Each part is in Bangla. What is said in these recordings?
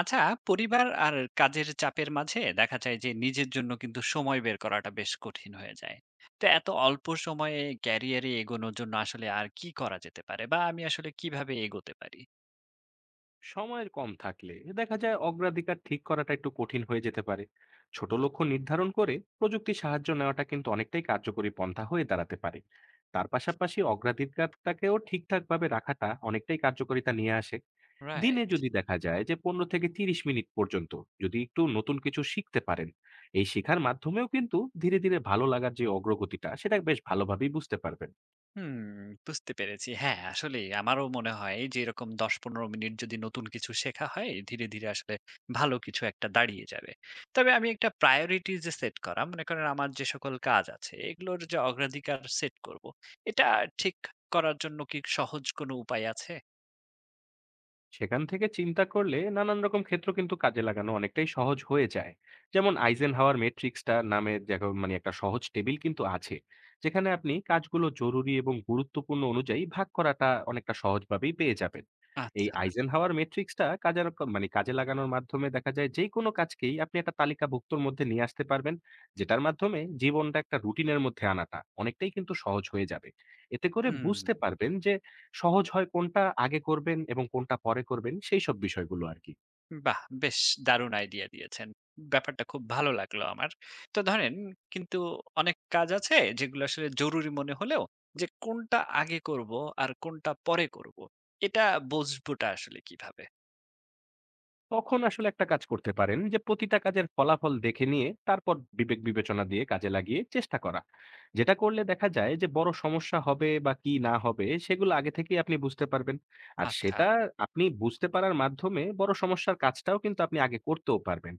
আচ্ছা, পরিবার আর কাজের চাপের মাঝে দেখা যায় যে নিজের জন্য কিন্তু সময় বের করাটা বেশ কঠিন হয়ে যায়। তো এত অল্প সময়ে ক্যারিয়ারে এগোনোর জন্য আসলে আর কি করা যেতে পারে? বা আমি আসলে কিভাবে এগোতে পারি? সময়ের কম থাকলে দেখা যায় অগ্রাধিকার ঠিক করাটা একটু কঠিন হয়ে যেতে পারে। ছোট লক্ষ্য নির্ধারণ করে প্রযুক্তি সাহায্য নেওয়াটা কিন্তু অনেকটাই কার্যকরী পন্থা হয়ে দাঁড়াতে পারে। তার পাশাপাশি অগ্রাধিকারটাকেও ঠিকঠাকভাবে রাখাটা অনেকটাই কার্যকারিতা নিয়ে আসে। দিনে রাইট। যদি দেখা যায় যে ১৫ থেকে ৩০ মিনিট পর্যন্ত যদি একটু নতুন কিছু শিখতে পারেন, এই শেখার মাধ্যমেও কিন্তু ধীরে ধীরে ভালো লাগার যে অগ্রগতিটা সেটা বেশ ভালোভাবেই বুঝতে পারবেন। হুম, বুঝতে পেরেছি। হ্যাঁ, আসলেই আমারও মনে হয় যে এরকম ১০-১৫ মিনিট যদি নতুন কিছু শেখা হয়, ধীরে, ধীরে আসলে ভালো কিছু একটা দাঁড়িয়ে যাবে। তবে আমি একটা প্রায়োরিটি যে সেট করা, মনে করেন আমার যে সকল কাজ আছে, এগুলোর যে অগ্রাধিকার সেট করব, এটা ঠিক করার জন্য কি সহজ কোনো উপায় আছে? সেখান থেকে চিন্তা করলে নানান রকম ক্ষেত্র কিন্তু কাজে লাগানো অনেকটাই সহজ হয়ে যায়। যেমন আইজেনহাওয়ার ম্যাট্রিক্সটা নামের যেরকম মানে একটা সহজ টেবিল কিন্তু আছে, যেখানে আপনি কাজগুলো জরুরি এবং গুরুত্বপূর্ণ অনুযায়ী ভাগ করাটা অনেকটা সহজভাবেই পেয়ে যাবেন। এই আচ্ছা, আইজেনহাওয়ার ম্যাট্রিক্সটা মানে কাজে লাগানোর মাধ্যমে দেখা যায় যে কোনো কাজকেই আপনি একটা তালিকাভুক্তর মধ্যে নিয়ে আসতে পারবেন, যেটার মাধ্যমে জীবনটা একটা রুটিনের মধ্যে আনাটা অনেকটাই কিন্তু সহজ হয়ে যাবে। এতে করে হুম। বুঝতে পারবেন যে সহজ হয় কোনটা আগে করবেন এবং কোনটা পরে করবেন, সেইসব বিষয়গুলো আরকি। বাহ! বেশ দারুণ আইডিয়া দিয়েছেন। ব্যাপারটা খুব ভালো লাগলো আমার। তো ধরেন কিন্তু অনেক কাজ আছে যেগুলো আসলে জরুরি মনে হলেও যে কোনটা আগে করব আর কোনটা পরে করব, এটা বুঝবোটা আসলে কিভাবে? তখন আসলে একটা কাজ করতে পারেন যে প্রতিটা কাজের ফলাফল দেখে নিয়ে তারপর বিবেক বিবেচনা দিয়ে কাজে লাগিয়ে চেষ্টা করা। যেটা করলে দেখা যায় যে বড় সমস্যা হবে বা কি না হবে সেগুলো আগে থেকেই আপনি বুঝতে পারবেন, আর আচ্ছা, সেটা আপনি বুঝতে পারার মাধ্যমে বড় সমস্যার কাজটাও কিন্তু আপনি আগে করতেও পারবেন।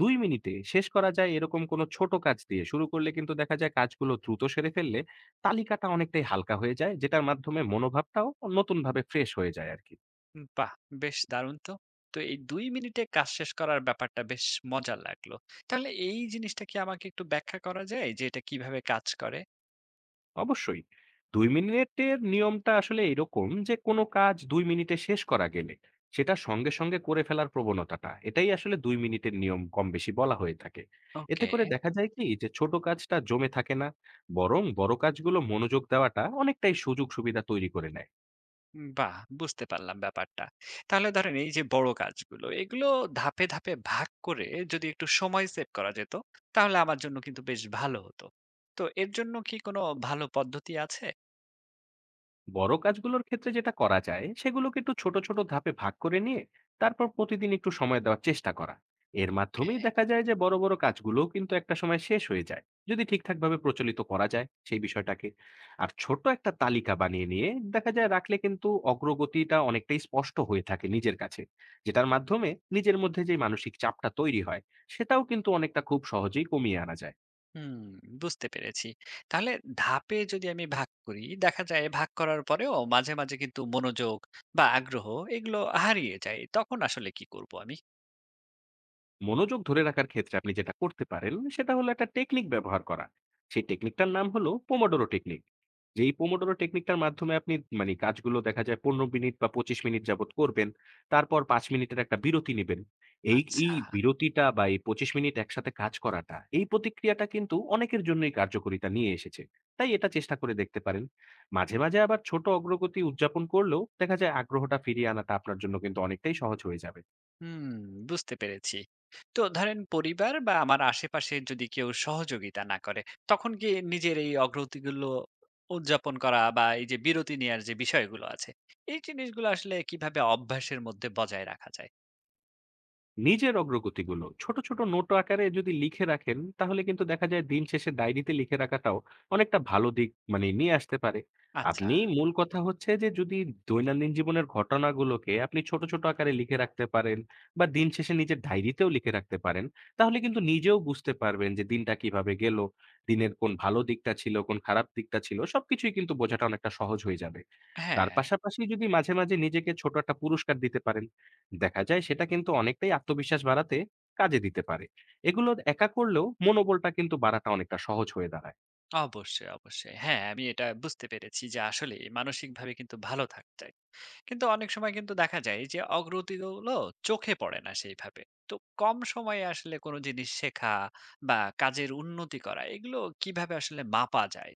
২ মিনিটে শেষ করা যায় এরকম কোনো ছোট কাজ দিয়ে শুরু করলে কিন্তু দেখা যায় কাজগুলো দ্রুত সেরে ফেললে তালিকাটা অনেকটাই হালকা হয়ে যায়, যেটার মাধ্যমে মনোভাবটাও নতুনভাবে ফ্রেশ হয়ে যায় আর কি। বাহ! বেশ দারুণ তো। তো এই ২ মিনিটে কাজ শেষ করার ব্যাপারটা বেশ মজার লাগলো। তাহলে এই জিনিসটা কি আমাকে একটু ব্যাখ্যা করা যায় যে এটা কিভাবে কাজ করে? অবশ্যই ২ মিনিটের নিয়মটা আসলে এরকম যে কোনো কাজ ২ মিনিটে শেষ করা গেলে সেটা সঙ্গে, সঙ্গে করে ফেলার প্রবণতাটা এটাই আসলে ২ মিনিটের নিয়ম কম বেশি বলা হয়ে থাকে। এতে ওকে। করে দেখা যায় কি যে ছোট কাজটা জমে থাকে না। বরং বড় কাজগুলো মনোযোগ দেওয়াটা অনেকটাই সুযোগ সুবিধা তৈরি করে নেয়। বাহ! বুঝতে পারলাম ব্যাপারটা। তাহলে ধরেন এই যে বড় কাজগুলো, এগুলো ধাপে, ধাপে ভাগ করে যদি একটু সময় সেট করা যেত, তাহলে আমার জন্য কিন্তু বেশ ভালো হতো। তো এর জন্য কি কোনো ভালো পদ্ধতি আছে? বড় কাজগুলোর ক্ষেত্রে যেটা করা যায় সেগুলোকে একটু ছোট ছোট ধাপে ভাগ করে নিয়ে তারপর প্রতিদিন একটু সময় দেওয়ার চেষ্টা করা। এর ওকে। মাধ্যমেই দেখা যায় যে বড় বড় কাজগুলোও কিন্তু একটা সময় শেষ হয়ে যায়, যদি ঠিকঠাকভাবে প্রচলিত করা যায় সেই বিষয়টাকে। আর ছোট একটা তালিকা বানিয়ে নিয়ে দেখা যায় রাখলে কিন্তু অগ্রগতিটা অনেকটাই স্পষ্ট হয়ে থাকে নিজের কাছে, যেটার মাধ্যমে নিজের মধ্যে যে মানসিক চাপটা তৈরি হয় সেটাও কিন্তু অনেকটা খুব সহজেই কমিয়ে আনা যায়। হুম, বুঝতে পেরেছি। তাহলে ধাপে যদি আমি ভাগ করি, দেখা যায় ভাগ করার পরেও মাঝে, মাঝে কিন্তু মনোযোগ বা আগ্রহ এগুলো হারিয়ে যায়। তখন আসলে কি করব আমি? মনোযোগ ধরে রাখার ক্ষেত্রে আপনি যেটা করতে পারেন সেটা হলো একটা টেকনিক ব্যবহার করা। সেই টেকনিকটার নাম হলো পোমোডোরো টেকনিক। যেই পোমোডোরো টেকনিকটার মাধ্যমে আপনি মানে কাজগুলো দেখা যায় ১৫ মিনিট বা ২৫ মিনিট যাবত করবেন, তারপর ৫ মিনিটের একটা বিরতি নেবেন। এই আচ্ছা। এই বিরতিটা বা এই ২৫ মিনিট একসাথে কাজ করাটা এই প্রতিক্রিয়াটা কিন্তু অনেকের জন্যই কার্যকারিতা নিয়ে এসেছে। তাই এটা চেষ্টা করে দেখতে পারেন। মাঝে মাঝে আবার ছোট অগ্রগতি উদযাপন করলেও দেখা যায় আগ্রহটা ফিরিয়ে আনাটা আপনার জন্য কিন্তু অনেকটাই সহজ হয়ে যাবে। হুম, বুঝতে পেরেছি। তো ধরেন পরিবার বা আমার আশেপাশে যদি কেউ সহযোগিতা না করে, তখন কি নিজের এই অগ্রগতিগুলো উদযাপন করা বা এই যে বিরতি নেয়ার যে বিষয়গুলো আছে, এই জিনিসগুলো আসলে কিভাবে অভ্যাসের মধ্যে বজায় রাখা যায়? নিজের অগ্রগতিগুলো ছোট, ছোট নোট আকারে যদি লিখে রাখেন, তাহলে কিন্তু দেখা যায় দিন শেষে ডায়েরিতে লিখে রাখাটাও অনেকটা ভালো দিক মানে নিয়ে আসতে পারে। আচ্ছা, আপনি মূল কথা হচ্ছে যে যদি দৈনন্দিন জীবনের ঘটনাগুলোকে আপনি ছোট, ছোট আকারে লিখে রাখতে পারেন বা দিন শেষে নিজের ডায়েরিতেও লিখে রাখতে পারেন, তাহলে কিন্তু নিজেও বুঝতে পারবেন যে দিনটা কিভাবে গেল, দিনের কোন ভালো দিকটা ছিল, কোন খারাপ দিকটা ছিল সবকিছুই কিন্তু বোঝাটা অনেকটা সহজ হয়ে যাবে। তার হ্যাঁ, পাশাপাশি যদি মাঝে, মাঝে নিজেকে ছোট একটা পুরস্কার দিতে পারেন। দেখা যায় সেটা কিন্তু অনেকটাই আত্মবিশ্বাস বাড়াতে কাজে দিতে পারে। এগুলো একা করলেও মনোবলটা কিন্তু বাড়াটা অনেকটা সহজ হয়ে দাঁড়ায়। অবশ্যই, অবশ্যই। হ্যাঁ, আমি এটা বুঝতে পেরেছি যে আসলেই মানসিকভাবে কিন্তু ভালো থাকতে কিন্তু অনেক সময় কিন্তু দেখা যায় যে অগ্রগতিগুলো চোখে পড়ে না সেইভাবে। তো কম সময়ে আসলে কোন জিনিস শেখা বা কাজের উন্নতি করা এগুলো কিভাবে আসলে মাপা যায়?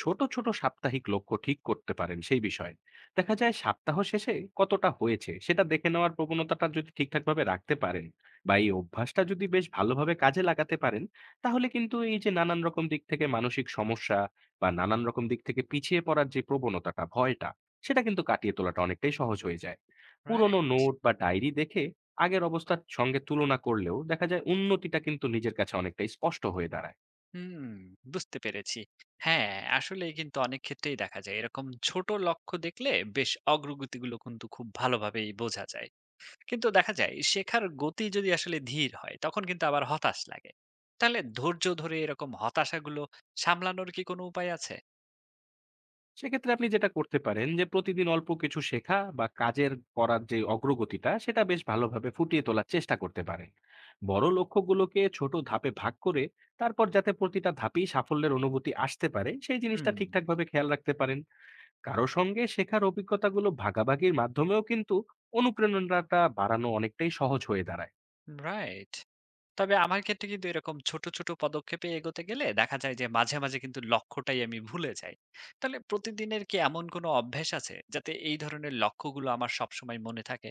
ছোট, ছোট সাপ্তাহিক লক্ষ্য ঠিক করতে পারেন সেই বিষয়ে। দেখা যায় সপ্তাহ শেষে কতটা হয়েছে সেটা দেখে নেওয়ার প্রবণতাটা যদি ঠিকঠাকভাবে রাখতে পারেন বা এই অভ্যাসটা যদি বেশ ভালোভাবে কাজে লাগাতে পারেন, তাহলে কিন্তু এই যে নানান রকম দিক থেকে মানসিক সমস্যা বা নানান রকম দিক থেকে পিছিয়ে পড়ার যে প্রবণতাটা, ভয়টা, সেটা কিন্তু কাটিয়ে তোলাটা অনেকটাই সহজ হয়ে যায়। পুরোনো রাইট? নোট বা ডায়েরি দেখে আগের অবস্থার সঙ্গে তুলনা করলেও দেখা যায় উন্নতিটা কিন্তু নিজের কাছে অনেকটাই স্পষ্ট হয়ে দাঁড়ায়। হুম, বুঝতে পেরেছি। হ্যাঁ, আসলেই কিন্তু অনেক ক্ষেত্রেই দেখা যায় এরকম ছোট লক্ষ্য দেখলে বেশ অগ্রগতিগুলো কিন্তু খুব ভালোভাবেই বোঝা যায়। কিন্তু দেখা যায় শেখার গতি যদি আসলে ধীর হয় তখন কিন্তু আবার হতাশ লাগে। তাহলে ধৈর্য ধরে এরকম হতাশাগুলো সামলানোর কি কোনো উপায় আছে? সেক্ষেত্রে আপনি যেটা করতে পারেন যে প্রতিদিন অল্প কিছু শেখা বা কাজের করার যে অগ্রগতিটা সেটা বেশ ভালোভাবে ফুটিয়ে তোলার চেষ্টা করতে পারেন। বড় লক্ষ্যগুলোকে ছোট ধাপে ভাগ করে তারপর যাতে প্রতিটা ধাপেই সাফল্যের অনুভূতি আসতে পারে সেই জিনিসটা হুম। ঠিকঠাকভাবে খেয়াল রাখতে পারেন। কারো সঙ্গে শেখার অভিজ্ঞতাগুলো ভাগাভাগির মাধ্যমেও কিন্তু অনুপ্রেরণাটা বাড়ানো অনেকটাই সহজ হয়ে দাঁড়ায়। রাইট। তবে আমার ক্ষেত্রে কিন্তু এরকম ছোট, ছোট পদক্ষেপে এগোতে গেলে দেখা যায় যে মাঝে, মাঝে কিন্তু লক্ষ্যটাই আমি ভুলে যাই। তাহলে প্রতিদিনের কি এমন কোনো অভ্যাস আছে যাতে এই ধরনের লক্ষ্যগুলো আমার সবসময় মনে থাকে?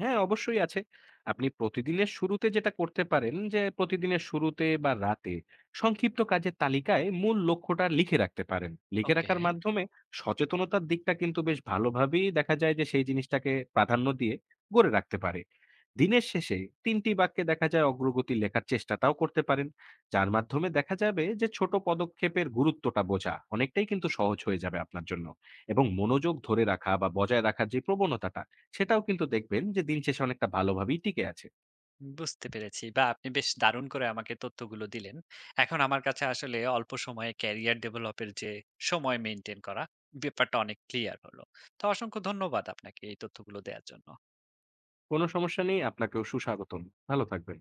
হ্যাঁ, অবশ্যই আছে। আপনি প্রতিদিনের শুরুতে যেটা করতে পারেন যে, প্রতিদিনের শুরুতে বা রাতে সংক্ষিপ্ত কাজের তালিকায় মূল লক্ষ্যটা লিখে রাখতে পারেন। লিখে ওকে, রাখার মাধ্যমে সচেতনতার দিকটা কিন্তু বেশ ভালোভাবেই দেখা যায় যে, সেই জিনিসটাকে প্রাধান্য দিয়ে গড়ে রাখতে পারে। দিনের শেষে ৩ টি বাক্যে দেখা যায় অগ্রগতি লেখার চেষ্টাটাও করতে পারেন। যার মাধ্যমে দেখা যাবে যে, ছোট পদক্ষেপের গুরুত্বটা বোঝা অনেকটাই কিন্তু সহজ হয়ে যাবে আপনার জন্য। এবং মনোযোগ ধরে রাখা বা বজায় রাখার যে প্রবণতাটা, সেটাও কিন্তু দেখবেন যে দিন শেষে অনেকটা ভালোভাবেই টিকে আছে। বুঝতে পেরেছি। বা আপনি বেশ দারুণ করে আমাকে তথ্যগুলো দিলেন। এখন আমার কাছে আসলে অল্প সময়ে ক্যারিয়ার ডেভেলপের যে সময় মেইনটেইন করা, ব্যাপারটা অনেক ক্লিয়ার হলো। তো অসংখ্য ধন্যবাদ আপনাকে এই তথ্যগুলো দেয়ার জন্য। কোনো সমস্যা নেই। আপনাকেও সুস্বাগতম। ভালো থাকবেন।